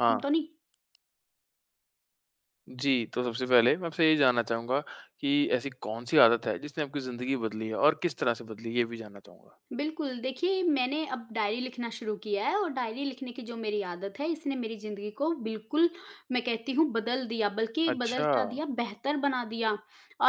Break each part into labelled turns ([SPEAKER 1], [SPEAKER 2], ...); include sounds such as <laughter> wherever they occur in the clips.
[SPEAKER 1] खत्म
[SPEAKER 2] हाँ,
[SPEAKER 1] तो नहीं।
[SPEAKER 2] जी। तो सबसे पहले मैं आपसे ये जानना चाहूँगा कि ऐसी कौन-सी आदत है जिसने आपकी ज़िंदगी बदली है और किस तरह से बदली, ये भी जानना चाहूँगा?
[SPEAKER 1] बिल्कुल, देखिए मैंने अब डायरी लिखना शुरू किया है और डायरी लिखने की जो मेरी आदत है इसने मेरी ज़िंदगी को बिल्कुल मैं कहती हूँ बदल दिया, बल्कि बदल
[SPEAKER 2] अच्छा,
[SPEAKER 1] क्या दिया बेहतर बना दिया।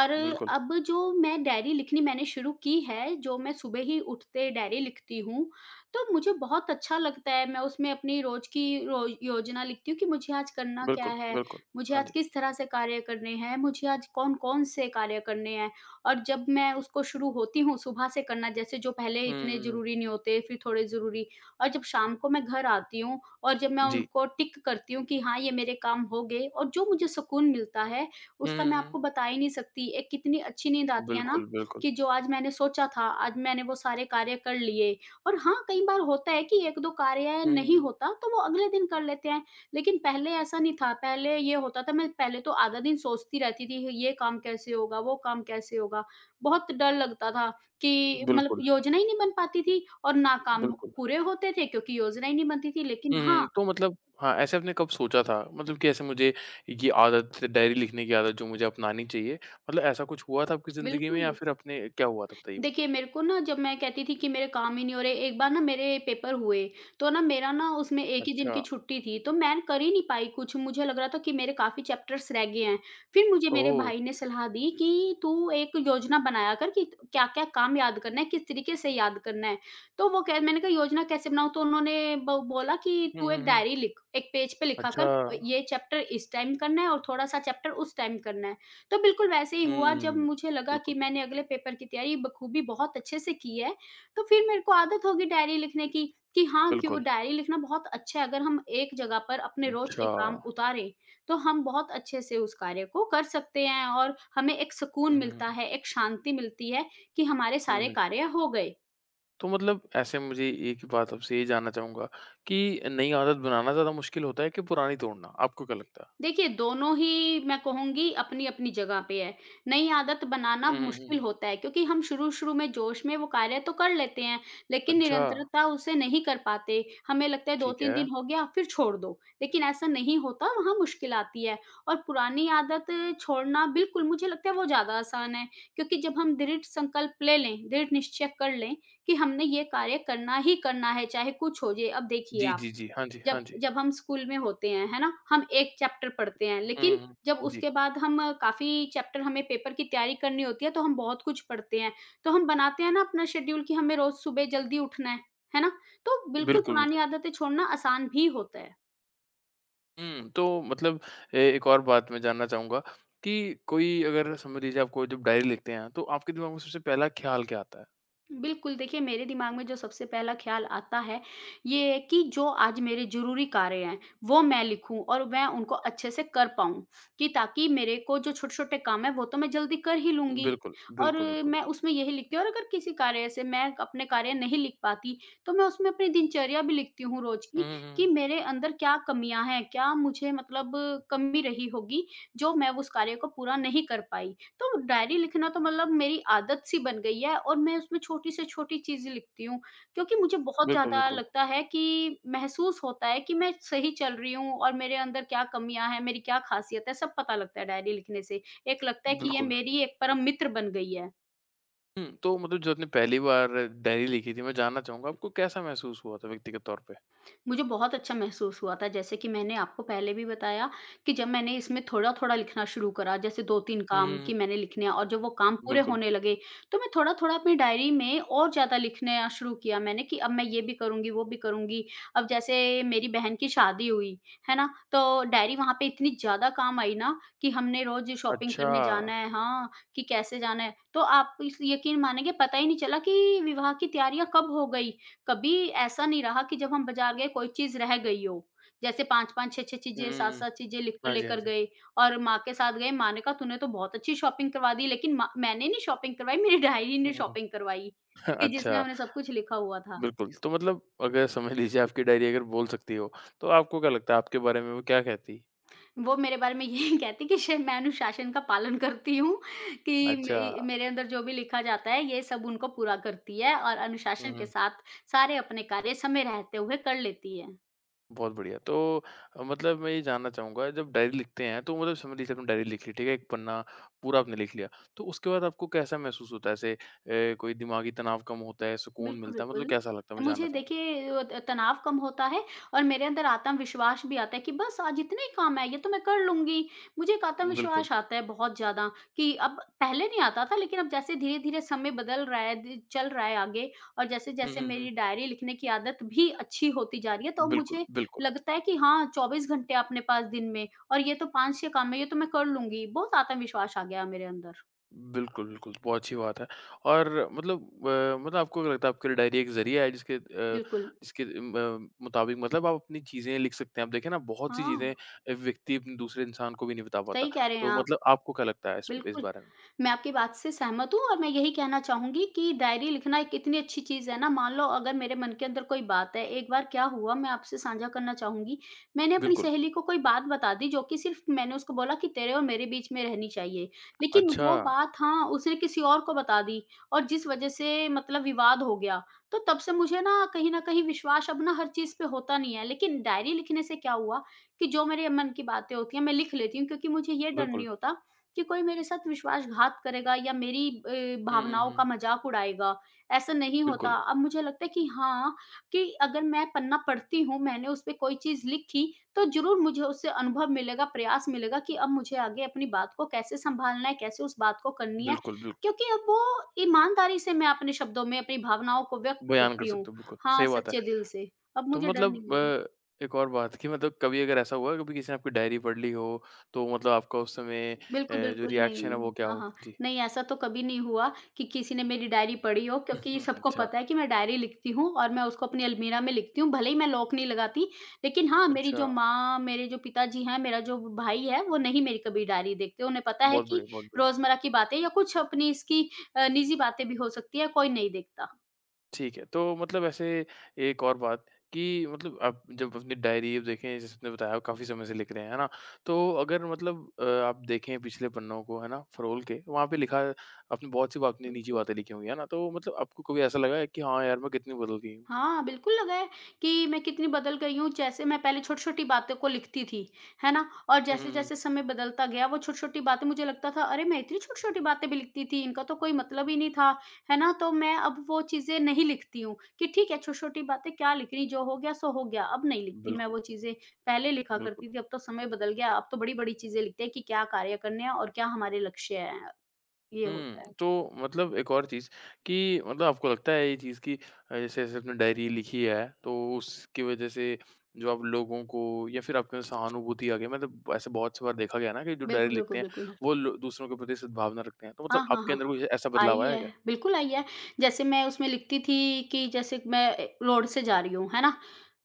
[SPEAKER 1] और
[SPEAKER 2] बिल्कुल,
[SPEAKER 1] अब जो मैं डायरी लिखनी मैंने शुरू की है, जो मैं सुबह ही उठते डायरी लिखती हूँ, तो मुझे बहुत अच्छा लगता है। मैं उसमें अपनी रोज़ की रो योजना लिखती हूँ कि मुझे आज करना क्या
[SPEAKER 2] बिल्कुल,
[SPEAKER 1] है?
[SPEAKER 2] बिल्कुल।
[SPEAKER 1] मुझे
[SPEAKER 2] हाँ
[SPEAKER 1] आज
[SPEAKER 2] जी।
[SPEAKER 1] किस तरह से कार्य करने हैं? मुझे आज कौन-कौन से कार्य करने हैं? और जब मैं उसको शुरू होती हूँ सुबह से करना जैसे जो पहले
[SPEAKER 2] हुँ,
[SPEAKER 1] इतने
[SPEAKER 2] हुँ, हुँ।
[SPEAKER 1] ज़रूरी नहीं होते फिर थोड़े ज़रूरी और जब शाम को मैं घर आती हूँ और जब मैं
[SPEAKER 2] जी।
[SPEAKER 1] उनको टिक करती हूँ कि हाँ, ये मेरे काम हो गए और जो मुझे सुकून मिलता है
[SPEAKER 2] हुँ,
[SPEAKER 1] उसका
[SPEAKER 2] हुँ,
[SPEAKER 1] मैं
[SPEAKER 2] हुँ।
[SPEAKER 1] आपको बता ही नहीं सकती। एक कितनी अच्छी नींद आती है ना
[SPEAKER 2] बिल्कुल, बिल्कुल।
[SPEAKER 1] कि जो आज मैंने सोचा था, आज मैंने वो सारे कार्य कर लिए और हाँ, कई बार होता है कि 1-2 कार्य
[SPEAKER 2] हुँ, हुँ,
[SPEAKER 1] नहीं
[SPEAKER 2] हुँ।
[SPEAKER 1] होता तो वो अगले दिन कर लेते हैं। लेकिन पहले ऐसा नहीं था, पहले ये होता था मैं पहले तो आधा दिन सोचती रहती थी ये काम कैसे होगा, वो काम कैसे होगा। बहुत डर लगता था कि मतलब
[SPEAKER 2] बिल्कुल,
[SPEAKER 1] योजना ही नहीं बन पाती थी और ना काम
[SPEAKER 2] बिल्कुल।
[SPEAKER 1] पूरे होते थे क्योंकि योजना ही नहीं बनती थी। लेकिन
[SPEAKER 2] हुँ, हुँ।
[SPEAKER 1] हाँ,
[SPEAKER 2] तो मतलब हाँ, ऐसे आपने कब सोचा था मतलब कि ऐसे मुझे ये आदत डायरी लिखने की आदत जो मुझे अपनानी चाहिए, मतलब ऐसा कुछ हुआ था आपकी ज़िंदगी में
[SPEAKER 1] बिल्कुल।
[SPEAKER 2] या फिर अपने क्या हुआ था बताइए मुझे?
[SPEAKER 1] देखिए, मेरे को ना जब मैं कहती थी कि मेरे काम ही नहीं हो रहे, एक बार ना मेरे पेपर हुए, तो ना मेरा ना उसमें 1 ही दिन
[SPEAKER 2] अच्छा।
[SPEAKER 1] की छुट्टी थी, तो मैं कर ही नहीं पाई कुछ, मुझे लग रहा था कि मेरे काफ़ी चैप्टर्स रह गए हैं। फिर मुझे मेरे
[SPEAKER 2] ओह!
[SPEAKER 1] भाई ने सलाह दी कि, "तू एक योजना बनाया कर कि क्या-क्या काम याद करना है, किस तरीके से याद करना है।" तो वो कह मैंने कहा, "योजना कैसे बनाऊँ?" तो उन्होंने ब बोला कि,
[SPEAKER 2] हुँ,
[SPEAKER 1] "तू
[SPEAKER 2] हुँ,
[SPEAKER 1] एक
[SPEAKER 2] हुँ।
[SPEAKER 1] डायरी लिख, एक पेज पे लिखा कर,
[SPEAKER 2] अच्छा।
[SPEAKER 1] ये चैप्टर इस टाइम करना है और थोड़ा-सा चैप्टर उस टाइम करना है।" तो बिल्कुल वैसे ही हुआ जब
[SPEAKER 2] हुँ,
[SPEAKER 1] मुझे लगा
[SPEAKER 2] बिल्कुल,
[SPEAKER 1] कि मैंने अगले पेपर की तैयारी बखूबी बहुत अच्छे से की है, तो फिर मेरे को आदत होगी डायरी लिखने की कि हाँ, कि वो
[SPEAKER 2] बिल्कुल।
[SPEAKER 1] डायरी लिखना बहुत अच्छा है अगर हम एक जगह पर अपने रोज़ के
[SPEAKER 2] अच्छा।
[SPEAKER 1] काम उतारें, तो हम बहुत अच्छे से उस कार्य को कर सकते हैं और हमें एक सुकून
[SPEAKER 2] हुँ, हुँ, हुँ।
[SPEAKER 1] मिलता है, एक शांति मिलती है कि हमारे
[SPEAKER 2] हुँ,
[SPEAKER 1] सारे
[SPEAKER 2] हुँ।
[SPEAKER 1] कार्य हो गए।
[SPEAKER 2] तो मतलब ऐसे मुझे एक बात आपसे ये जानना चाहूँगा कि नई आदत बनाना ज़्यादा मुश्किल होता है कि पुरानी तोड़ना? आपको क्या लगता है?
[SPEAKER 1] देखिए, दोनों ही मैं कहूँगी अपनी-अपनी जगह पे है। नई आदत बनाना
[SPEAKER 2] हुँ, हुँ, हुँ,
[SPEAKER 1] मुश्किल
[SPEAKER 2] हुँ।
[SPEAKER 1] होता है क्योंकि हम शुरू-शुरू में जोश में वो कार्य तो कर लेते हैं, लेकिन
[SPEAKER 2] अच्छा,
[SPEAKER 1] निरंतरता उसे नहीं कर पाते। हमें लगता है
[SPEAKER 2] ठीक
[SPEAKER 1] 2-3
[SPEAKER 2] है।
[SPEAKER 1] दिन हो गया फिर छोड़ दो, लेकिन ऐसा नहीं होता, वहाँ मुश्किल आती है। और पुरानी आदत छोड़ना बिल्कुल मुझे लगता है वो ज़्यादा आसान है क्योंकि जब हम दृढ़ संकल्प ले लें, दृढ़ निश्चय कर लें कि हमने ये कार्य करना ही करना है, चाहे कुछ हो जाए। अब देखिए
[SPEAKER 2] जी,
[SPEAKER 1] आप
[SPEAKER 2] जी, जी। हाँ जी, हाँ
[SPEAKER 1] जब
[SPEAKER 2] जी।
[SPEAKER 1] जब हम स्कूल में होते हैं, है ना? हम 1 चैप्टर पढ़ते हैं,
[SPEAKER 2] हुँ,
[SPEAKER 1] लेकिन
[SPEAKER 2] हुँ, हुँ।
[SPEAKER 1] जब
[SPEAKER 2] जी,
[SPEAKER 1] उसके बाद हम काफ़ी चैप्टर हमें पेपर की तैयारी करनी होती है, तो हम बहुत कुछ पढ़ते हैं। तो हम बनाते हैं ना अपना शेड्यूल कि हमें रोज़ सुबह जल्दी उठना है ना? तो बिल्कुल
[SPEAKER 2] बिल्कुल,
[SPEAKER 1] पुरानी
[SPEAKER 2] बिल्कुल।
[SPEAKER 1] आदतें छोड़ना आसान भी होता है।
[SPEAKER 2] हुँ, तो मतलब ए एक और बात मैं जानना चाहूँगा कि कोई अगर समझ लीजिए आपको जब डायरी लिखते हैं, तो आपके दिमाग में सबसे पहला ख़्याल क्या आता है?
[SPEAKER 1] बिल्कुल, देखिए मेरे दिमाग में जो सबसे पहला ख़्याल आता है, ये है कि जो आज मेरे ज़रूरी कार्य हैं, वो मैं लिखूँ और मैं उनको अच्छे से कर पाऊँ, कि ताकि मेरे को जो छोटे-छोटे काम हैं, वो तो मैं जल्दी कर ही लूँगी
[SPEAKER 2] बिल्कुल,
[SPEAKER 1] और
[SPEAKER 2] बिल्कुल, बिल्कुल।
[SPEAKER 1] मैं उसमें यही लिखती हूँ और अगर किसी कार्य से मैं अपने कार्य नहीं लिख पाती, तो मैं उसमें अपनी दिनचर्या भी लिखती हूँ रोज़
[SPEAKER 2] हुँ,
[SPEAKER 1] की,
[SPEAKER 2] हुँ,
[SPEAKER 1] कि
[SPEAKER 2] हुँ।
[SPEAKER 1] मेरे अंदर क्या कमियाँ हैं, क्या मुझे मतलब कमी रही होगी, जो मैं उस कार्य को पूरा नहीं कर पाई। तो डायरी लिखना तो मतलब मेरी आदत सी बन गई है और मैं उसमें छोटी से छोटी चीज़ें लिखती हूँ, क्योंकि मुझे बहुत
[SPEAKER 2] बिल्कुल,
[SPEAKER 1] ज़्यादा
[SPEAKER 2] बिल्कुल।
[SPEAKER 1] लगता है कि महसूस होता है कि मैं सही चल रही हूँ और मेरे अंदर क्या कमियाँ हैं, मेरी क्या ख़ासियत है, सब पता लगता है डायरी लिखने से। एक लगता है कि ये
[SPEAKER 2] बिल्कुल।
[SPEAKER 1] मेरी एक परम मित्र बन गई है।
[SPEAKER 2] हुँ, तो मतलब जो आपने पहली बार डायरी लिखी थी, मैं जानना चाहूँगा आपको कैसा महसूस हुआ था व्यक्तिगत तौर पे?
[SPEAKER 1] मुझे बहुत अच्छा महसूस हुआ था, जैसे कि मैंने आपको पहले भी बताया कि जब मैंने इसमें थोड़ा-थोड़ा लिखना शुरू करा, जैसे 2-3
[SPEAKER 2] हुँ,
[SPEAKER 1] काम
[SPEAKER 2] हुँ,
[SPEAKER 1] कि
[SPEAKER 2] हुँ,
[SPEAKER 1] मैंने लिखने हैं और जब वो काम पूरे
[SPEAKER 2] बिल्कुल।
[SPEAKER 1] होने लगे, तो मैं थोड़ा-थोड़ा अपनी डायरी में और ज़्यादा लिखना शुरू किया मैंने कि अब मैं ये भी करूँगी, वो भी करूँगी। अब जैसे मेरी बहन की शादी हुई, है ना? तो डायरी वहाँ पे इतनी ज़्यादा काम आई ना कि हमने रोज़ शॉपिंग
[SPEAKER 2] अच्छा।
[SPEAKER 1] करने जाना है हाँ, कि कैसे जाना है। तो आप इस यकीन मानेंगे पता ही नहीं चला कि विवाह की तैयारियाँ कब हो गई। कभी ऐसा नहीं रहा कि जब हम बाज़ार गए कोई चीज़ रह गई हो। जैसे 5-5 6-6
[SPEAKER 2] हुँ,
[SPEAKER 1] चीज़ें
[SPEAKER 2] हुँ, हुँ।
[SPEAKER 1] 7-7 चीज़ें लिख कर
[SPEAKER 2] हाँ जी, हाँ
[SPEAKER 1] लेकर
[SPEAKER 2] जी।
[SPEAKER 1] गए और माँ के साथ गए, माँ ने कहा तूने तो बहुत अच्छी शॉपिंग करवा दी लेकिन माँ मैंने नहीं शॉपिंग करवाई मेरी डायरी ने
[SPEAKER 2] हुँ, हुँ, हुँ।
[SPEAKER 1] शॉपिंग करवाई,
[SPEAKER 2] <laughs>
[SPEAKER 1] कि जिसमें
[SPEAKER 2] अच्छा,
[SPEAKER 1] हमने सब कुछ लिखा हुआ था।
[SPEAKER 2] बिल्कुल। तो मतलब अगर समझ लीजिए आपकी डायरी अगर बोल सकती हो, तो आपको क्या लगता है आपके बारे में वो क्या कहती?
[SPEAKER 1] वो मेरे बारे में यही <laughs> कहती कि शायद मैं अनुशासन का पालन करती हूँ कि
[SPEAKER 2] अच्छा।
[SPEAKER 1] मे मेरे अंदर जो भी लिखा जाता है ये सब उनको पूरा करती है और
[SPEAKER 2] हुँ,
[SPEAKER 1] अनुशासन के
[SPEAKER 2] हुँ।
[SPEAKER 1] साथ सारे अपने कार्य समय रहते हुए कर लेती है।
[SPEAKER 2] बहुत बढ़िया। तो मतलब मैं ये जानना चाहूँगा जब डायरी लिखते हैं तो मतलब समझ लीजिए आपने डायरी लिख ली, ठीक है? एक पन्ना पूरा आपने लिख लिया। तो उसके बाद आपको कैसा महसूस होता है? ऐसे कोई दिमागी तनाव कम होता है, सुकून
[SPEAKER 1] बिल्कुल,
[SPEAKER 2] मिलता है? मतलब
[SPEAKER 1] बिल्कुल।
[SPEAKER 2] कैसा लगता है? मैं जानना
[SPEAKER 1] मुझे
[SPEAKER 2] चाहूँगा।
[SPEAKER 1] देखिए अ, त तनाव कम होता है और मेरे अंदर आत्मविश्वास भी आता है कि बस आज इतना ही काम है, ये तो मैं कर लूँगी। मुझे एक
[SPEAKER 2] बिल्कुल।
[SPEAKER 1] आत्मविश्वास आता है बहुत ज़्यादा कि अब पहले नहीं आता था लेकिन अब जैसे धीरे-धीरे समय बदल रहा है, द चल रहा है आगे और
[SPEAKER 2] हुँ,
[SPEAKER 1] जैसे-जैसे
[SPEAKER 2] हुँ, हुँ।
[SPEAKER 1] मेरी डायरी लिखने की आदत भी अच्छी होती जा रही है, तो अब
[SPEAKER 2] बिल्कुल,
[SPEAKER 1] मुझे
[SPEAKER 2] बिल्कुल।
[SPEAKER 1] लगता है कि हाँ, 24 घंटे अपने पास दिन में और ये तो 5-6 काम है, ये तो मैं कर लूँगी। बहुत आत्मविश्वास आ गया है मेरे अंदर।
[SPEAKER 2] बिल्कुल, बिल्कुल, बहुत अच्छी बात है और मतलब मतलब आपको क्या लगता है आपके लिए डायरी एक ज़रिया है जिसके
[SPEAKER 1] बिल्कुल।
[SPEAKER 2] जिसके म मुताबिक मतलब आप अपनी चीज़ें लिख सकते हैं। आप देखें ना बहुत सी चीज़ें
[SPEAKER 1] हाँ,
[SPEAKER 2] व्यक्ति अपने दूसरे इंसान को भी नहीं बता पाता।
[SPEAKER 1] सही कह रहे हैं
[SPEAKER 2] तो
[SPEAKER 1] आप।
[SPEAKER 2] मतलब आपको क्या लगता है इस
[SPEAKER 1] बिल्कुल।
[SPEAKER 2] बारे में?
[SPEAKER 1] मैं आपकी बात से सहमत हूँ और मैं यही कहना चाहूँगी कि डायरी लिखना एक इतनी अच्छी चीज़ है ना, मान लो अगर मेरे मन के अंदर कोई बात है, एक बार क्या हुआ मैं आपसे साझा करना चाहूँगी। मैंने अपनी
[SPEAKER 2] बिल्कुल,
[SPEAKER 1] सहेली को कोई बात बता दी जो कि सिर्फ़ मैंने उसको बोला कि तेरे और मेरे बीच में रहनी चाहिए। लेकिन
[SPEAKER 2] अच्छा,
[SPEAKER 1] वो बात हाँ, उसने किसी और को बता दी और जिस वज़ह से मतलब विवाद हो गया। तो तब से मुझे ना कहीं न कहीं विश्वास अब ना हर चीज़ पे होता नहीं है। लेकिन डायरी लिखने से क्या हुआ कि जो मेरे मन की बातें होती हैं मैं लिख लेती हूँ क्योंकि मुझे ये डर
[SPEAKER 2] बिल्कुल।
[SPEAKER 1] नहीं होता कि कोई मेरे साथ विश्वासघात करेगा या मेरी
[SPEAKER 2] हुँ, हुँ,
[SPEAKER 1] भावनाओं
[SPEAKER 2] हुँ।
[SPEAKER 1] का मज़ाक उड़ाएगा, ऐसा नहीं होता।
[SPEAKER 2] बिल्कुल,
[SPEAKER 1] अब मुझे लगता है कि हाँ, कि अगर मैं पन्ना पढ़ती हूँ, मैंने उस पे कोई चीज़ लिखी, तो ज़रूर मुझे उससे अनुभव मिलेगा, प्रयास मिलेगा कि अब मुझे आगे अपनी बात को कैसे सँभालना है, कैसे उस बात को करनी है।
[SPEAKER 2] बिल्कुल, बिल
[SPEAKER 1] क्योंकि अब वो ईमानदारी से मैं अपने शब्दों में अपनी भावनाओं को व्यक्त
[SPEAKER 2] बयान कर
[SPEAKER 1] करती हूँ।
[SPEAKER 2] सकते हो, बिल्कुल,
[SPEAKER 1] हाँ,
[SPEAKER 2] सही बात है।
[SPEAKER 1] सच्चे दिल से। अब
[SPEAKER 2] तो
[SPEAKER 1] मुझे डर नहीं
[SPEAKER 2] मतलब
[SPEAKER 1] है।
[SPEAKER 2] एक और बात कि मतलब कभी अगर ऐसा हुआ है, कभी किसी ने आपकी डायरी पढ़ ली हो, तो मतलब आपका उस समय
[SPEAKER 1] बिल्कुल,
[SPEAKER 2] जो
[SPEAKER 1] बिल्कुल,
[SPEAKER 2] रिएक्शन है
[SPEAKER 1] नहीं।
[SPEAKER 2] वो क्या
[SPEAKER 1] हाँ,
[SPEAKER 2] हो?
[SPEAKER 1] हाँ।
[SPEAKER 2] जी।
[SPEAKER 1] नहीं, ऐसा तो कभी नहीं हुआ कि किसी ने मेरी डायरी पढ़ी हो क्योंकि
[SPEAKER 2] हुँ,
[SPEAKER 1] सबको
[SPEAKER 2] अच्छा,
[SPEAKER 1] पता है कि मैं डायरी लिखती हूँ और मैं उसको अपनी अलमीरा में लिखती हूँ। भले ही मैं लॉक नहीं लगाती, लेकिन हाँ, मेरी
[SPEAKER 2] अच्छा।
[SPEAKER 1] जो माँ, मेरे जो पिताजी हैं, मेरा जो भाई है, वो नहीं मेरी कभी डायरी देखते। उन्हें पता है
[SPEAKER 2] बहुत बढ़िया,
[SPEAKER 1] कि
[SPEAKER 2] बहुत बढ़िया।
[SPEAKER 1] रोज़मर्रा की बातें या कुछ अपनी इसकी निजी बातें भी हो सकती हैं, कोई नहीं देखता।
[SPEAKER 2] ठीक है, तो मतलब ऐसे एक और बात कि मतलब आप जब अपनी डायरी अब देखें जैसे आपने बताया आप काफ़ी समय से लिख रहे हैं, है ना? तो अगर मतलब आप देखें पिछले पन्नों को, है ना, फरोल के वहाँ पे लिखा है आपने बहुत सी बात अपनी निजी
[SPEAKER 1] बिल्कुल।
[SPEAKER 2] बातें लिखी होंगी, है ना? तो मतलब आपको कभी ऐसा लगा है कि हाँ यार, मैं कितनी बदल गई हूँ?
[SPEAKER 1] हाँ, बिल्कुल लगा है कि मैं कितनी बदल गई हूँ। जैसे मैं पहले छोटी-छोटी बातों को लिखती थी, है ना? और
[SPEAKER 2] हुँ, हुँ, हुँ।
[SPEAKER 1] जैसे-जैसे समय बदलता गया वो छोटी-छोटी बातें मुझे लगता था अरे! मैं इतनी छोटी-छोटी बातें भी लिखती थी, इनका तो कोई मतलब ही नहीं था, है ना? तो मैं अब वो चीज़ें नहीं लिखती हूँ कि ठीक है छोटी-छोटी बातें क्या लिख रही, जो हो गया सो हो गया। अब नहीं लिखती मैं
[SPEAKER 2] बिल्कुल,
[SPEAKER 1] वो चीज़ें, पहले लिखा
[SPEAKER 2] बिल्कुल।
[SPEAKER 1] करती थी, अब तो समय बदल गया, अब तो बड़ी-बड़ी चीज़ें लिखते हैं कि क्या कार्य करने हैं और क्या हमारे लक्ष्य हैं। ये
[SPEAKER 2] हुँ,
[SPEAKER 1] होता है।
[SPEAKER 2] तो मतलब एक और चीज़ कि मतलब आपको लगता है ये चीज़ कि जैसे जैसे आपने डायरी लिखी है, तो उसकी वजह से जो आप लोगों को या फिर आपके अंदर सहानुभूति आ गई मतलब ऐसे बहुत सी बार देखा गया है ना कि जो डायरी
[SPEAKER 1] बिल्कुल,
[SPEAKER 2] लिखते
[SPEAKER 1] बिल्कुल,
[SPEAKER 2] हैं,
[SPEAKER 1] बिल्कुल।
[SPEAKER 2] वो लो दूसरों के प्रति सद्भावना रखते हैं। तो मतलब
[SPEAKER 1] हाँ, हाँ,
[SPEAKER 2] आपके
[SPEAKER 1] हाँ,
[SPEAKER 2] अंदर
[SPEAKER 1] हाँ।
[SPEAKER 2] कोई ऐसा बदलाव
[SPEAKER 1] आई
[SPEAKER 2] आया है
[SPEAKER 1] है,
[SPEAKER 2] क्या?
[SPEAKER 1] बिल्कुल आई है। जैसे मैं उसमें लिखती थी कि जैसे मैं रोड से जा रही हूँ, है ना?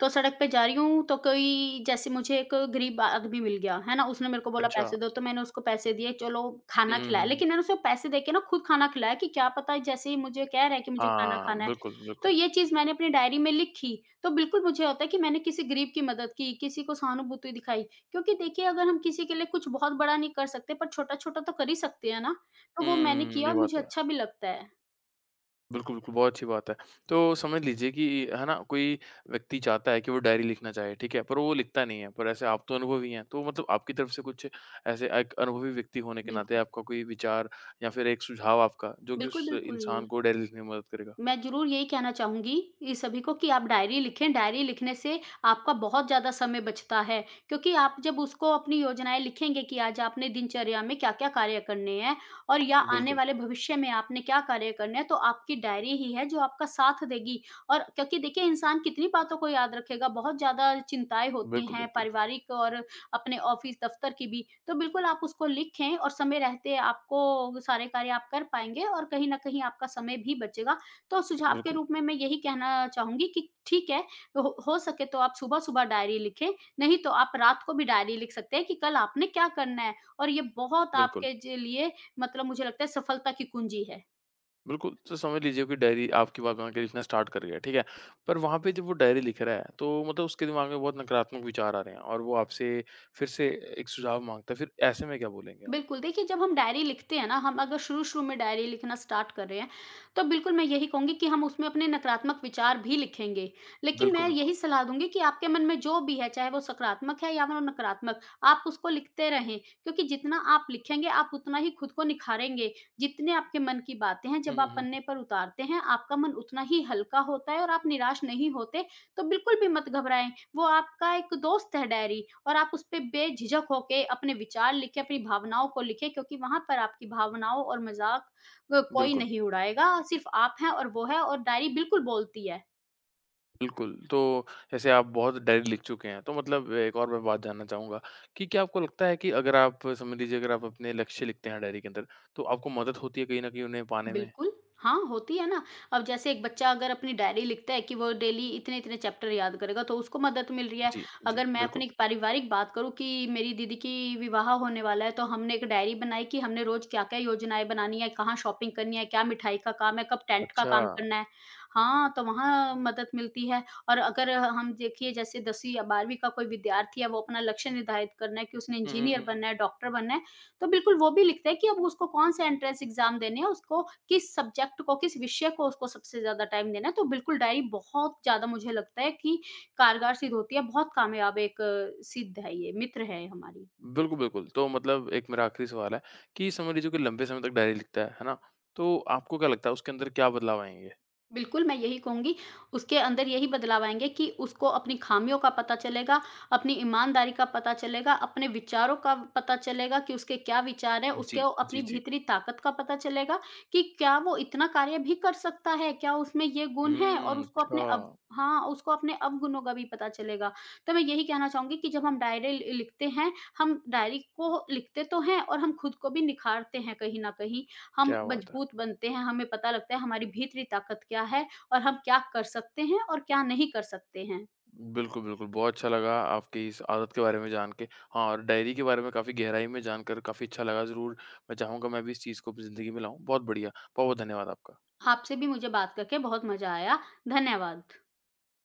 [SPEAKER 1] तो सड़क पे जा रही हूँ तो कोई जैसे मुझे एक गरीब आदमी मिल गया, है ना? उसने मेरे को बोला
[SPEAKER 2] अच्छा।
[SPEAKER 1] पैसे दो तो मैंने उसको पैसे दिए, चलो
[SPEAKER 2] हुँ,
[SPEAKER 1] खाना
[SPEAKER 2] हुँ,
[SPEAKER 1] खिलाया।
[SPEAKER 2] हुँ, हुँ।
[SPEAKER 1] लेकिन मैंने उसको पैसे देके ना खुद खाना खिलाया कि क्या पता, जैसे ही मुझे कह रहा है कि मुझे खाना
[SPEAKER 2] हाँ,
[SPEAKER 1] खाना है।
[SPEAKER 2] बिल्कुल,
[SPEAKER 1] तो
[SPEAKER 2] बिल्कुल।
[SPEAKER 1] ये चीज़ मैंने अपनी डायरी में लिखी। तो बिल्कुल मुझे होता है कि मैंने किसी गरीब की मदद की, किसी को सहानुभूति दिखाई। क्योंकि देखिए, अगर हम किसी के लिए कुछ बहुत बड़ा नहीं कर सकते, पर छोटा-छोटा तो कर ही सकते हैं ना? तो वो मैंने
[SPEAKER 2] हुँ,
[SPEAKER 1] किया
[SPEAKER 2] ये
[SPEAKER 1] और
[SPEAKER 2] बात
[SPEAKER 1] मुझे
[SPEAKER 2] तो है।
[SPEAKER 1] अच्छा भी लगता है।
[SPEAKER 2] बिल्कुल, बिल्कुल, बहुत अच्छी बात है। तो समझ लीजिए कि है ना, कोई व्यक्ति चाहता है कि वो डायरी लिखना चाहे, ठीक है? पर वो लिखता नहीं है, पर ऐसे आप तो अनुभवी हैं, तो मतलब आपकी तरफ से कुछ ऐसे एक अनुभवी व्यक्ति होने के नाते
[SPEAKER 1] बिल्कुल,
[SPEAKER 2] आपका कोई विचार या फिर एक सुझाव आपका, जो कि
[SPEAKER 1] बिल्कुल,
[SPEAKER 2] उस
[SPEAKER 1] बिल्कुल।
[SPEAKER 2] इंसान को डायरी लिखने में मदद करेगा?
[SPEAKER 1] मैं ज़रूर यही कहना चाहूँगी ये सभी को कि आप डायरी लिखें, डायरी लिखने से आपका बहुत ज़्यादा समय बचता है, क्योंकि आप जब उसको अपनी योजनाएँ लिखेंगे कि आज आपने दिनचर्या में क्या-क्या कार्य करने हैं और या आने
[SPEAKER 2] बिल्कुल,
[SPEAKER 1] वाले भविष्य में आपने क्या कार्य करने हैं, तो आपकी डायरी ही है जो आपका साथ देगी। और क्योंकि देखिए, इंसान कितनी बातों को याद रखेगा, बहुत ज़्यादा चिंताएँ होती
[SPEAKER 2] बिल्कुल,
[SPEAKER 1] हैं
[SPEAKER 2] बिल्कुल,
[SPEAKER 1] पारिवारिक और अपने ऑफ़िस दफ़्तर की भी। तो बिल्कुल आप उसको लिखें और समय रहते आपको सारे कार्य आप कर पाएँगे और कहीं न कहीं आपका समय भी बचेगा। तो सुझाव के
[SPEAKER 2] बिल्कुल,
[SPEAKER 1] रूप में मैं यही कहना चाहूँगी कि ठीक है, हो सके तो आप सुबह-सुबह डायरी लिखें, नहीं तो आप रात को भी डायरी लिख सकते हैं कि कल आपने क्या करना है। और ये बहुत
[SPEAKER 2] बिल्कुल,
[SPEAKER 1] आपके ज लिए, मतलब मुझे लगता है, सफलता की कुंजी है।
[SPEAKER 2] बिल्कुल। तो समझ लीजिए कि डायरी आपकी बात मान के लिखना स्टार्ट कर गया, ठीक है? पर वहाँ पे जब वो डायरी लिख रहा है, तो मतलब उसके दिमाग में बहुत नकारात्मक विचार आ रहे हैं और वो आपसे फिर से एक सुझाव माँगता है, फिर ऐसे में क्या बोलेंगे आप?
[SPEAKER 1] बिल्कुल, देखिए, जब हम डायरी लिखते हैं ना, हम अगर शुरू-शुरू में डायरी लिखना स्टार्ट कर रहे हैं, तो बिल्कुल मैं यही कहूँगी कि हम उसमें अपने नकारात्मक विचार भी लिखेंगे। लेकिन
[SPEAKER 2] बिल्कुल,
[SPEAKER 1] मैं
[SPEAKER 2] बिल्कुल।
[SPEAKER 1] यही सलाह दूँगी कि आपके मन में जो भी है, चाहे वो सकारात्मक है या वो नकारात्मक, आप उसको लिखते रहें। क्योंकि जितना आप लिखेंगे, आप उतना ही खुद को निखारेंगे। जितने आपके मन की बातें हैं,
[SPEAKER 2] हुँ,
[SPEAKER 1] जब
[SPEAKER 2] हुँ,
[SPEAKER 1] आप
[SPEAKER 2] हुँ।
[SPEAKER 1] पन्ने पर उतारते हैं, आपका मन उतना ही हल्का होता है और आप निराश नहीं होते। तो बिल्कुल भी मत घबराएँ। वो आपका एक दोस्त है डायरी, और आप उस पे बेझिझक होके अपने विचार लिखें, अपनी भावनाओं को लिखें, क्योंकि वहाँ पर आपकी भावनाओं और मज़ाक कोई
[SPEAKER 2] बिल्कुल,
[SPEAKER 1] नहीं उड़ाएगा, सिर्फ़ आप हैं और वो है, और डायरी बिल्कुल बोलती है।
[SPEAKER 2] बिल्कुल। तो जैसे आप बहुत डायरी लिख चुके हैं, तो मतलब एक और मैं बात जानना चाहूँगा कि क्या आपको लगता है कि अगर आप समझ लीजिए अगर आप अपने लक्ष्य लिखते हैं डायरी के अंदर, तो आपको मदद होती है कहीं न कहीं उन्हें पाने में?
[SPEAKER 1] बिल्कुल, हाँ, होती है ना। अब जैसे एक बच्चा अगर अपनी डायरी लिखता है कि वो डेली इतने-इतने चैप्टर याद करेगा, तो उसको मदद मिल रही है।
[SPEAKER 2] जी, जी,
[SPEAKER 1] अगर मैं
[SPEAKER 2] बिल्कुल।
[SPEAKER 1] अपनी पारिवारिक बात करूँ कि मेरी दीदी की विवाह होने वाला है, तो हमने एक डायरी बनाई कि हमने रोज़ क्या-क्या योजनाएँ बनानी है, कहाँ शॉपिंग करनी है, क्या मिठाई का काम है, कब टेंट का
[SPEAKER 2] अच्छा।
[SPEAKER 1] काम करना है। हाँ, तो वहाँ मदद मिलती है, और अगर हम देखिए, जैसे 10वीं या 12वीं का कोई विद्यार्थी है, वो अपना लक्ष्य निर्धारित करना है कि उसने
[SPEAKER 2] हुँ, हुँ,
[SPEAKER 1] इंजीनियर
[SPEAKER 2] हुँ, हुँ।
[SPEAKER 1] बनना है, डॉक्टर बनना है, तो बिल्कुल वो भी लिखते हैं कि अब उसको कौन-से एंट्रेंस एग्ज़ाम देने हैं, उसको किस सब्जेक्ट को, किस विषय को उसको सबसे ज़्यादा टाइम देना है। तो बिल्कुल डायरी, बहुत ज़्यादा मुझे लगता है कि कारगर सिद्ध होती है, बहुत कामयाब एक सिद्ध है ये, मित्र है हमारी।
[SPEAKER 2] बिल्कुल, बिल्कुल। तो मतलब एक मेरा आखिरी सवाल है कि समझ लीजिए कोई लंबे समय तक डायरी लिखता है ना? तो आपको क्या लगता है उसके अंदर क्या बदलाव आएँगे?
[SPEAKER 1] बिल्कुल, मैं यही कहूँगी, उसके अंदर यही बदलाव आएँगे कि उसको अपनी ख़ामियों का पता चलेगा, अपनी ईमानदारी का पता चलेगा, अपने विचारों का पता चलेगा कि उसके क्या विचार हैं,
[SPEAKER 2] जी,
[SPEAKER 1] उसके वो
[SPEAKER 2] जी,
[SPEAKER 1] अपनी
[SPEAKER 2] जी।
[SPEAKER 1] भीतरी ताकत का पता चलेगा कि क्या वो इतना कार्य भी कर सकता है, क्या उसमें ये गुण हैं, और
[SPEAKER 2] हुँ,
[SPEAKER 1] उसको अपने अव
[SPEAKER 2] अच्छा।
[SPEAKER 1] हाँ, उसको अपने अवगुणों का भी पता चलेगा। तो मैं यही कहना चाहूँगी कि जब हम डायरी लि लिखते हैं, हम डायरी को लिखते तो हैं और हम खुद को भी निखारते हैं कहीं न कहीं। हम
[SPEAKER 2] क्या बात है!
[SPEAKER 1] मजबूत बनते हैं, हमें पता लगता है हमारी भीतरी ताकत क्या है और हम क्या कर सकते हैं और क्या नहीं कर सकते हैं।
[SPEAKER 2] बिल्कुल, बिल्कुल। बहुत अच्छा लगा आपकी इस आदत के बारे में जान के। हाँ, और डायरी के बारे में काफ़ी गहराई में जानकर काफ़ी अच्छा लगा ज़रूर मैं चाहूँगा मैं भी इस चीज़ को अपनी ज़िंदगी में लाऊँ। बहुत बढ़िया, बहुत-बहुत धन्यवाद आपका।
[SPEAKER 1] आपसे भी मुझे बात करके बहुत मज़ा आया। धन्यवाद।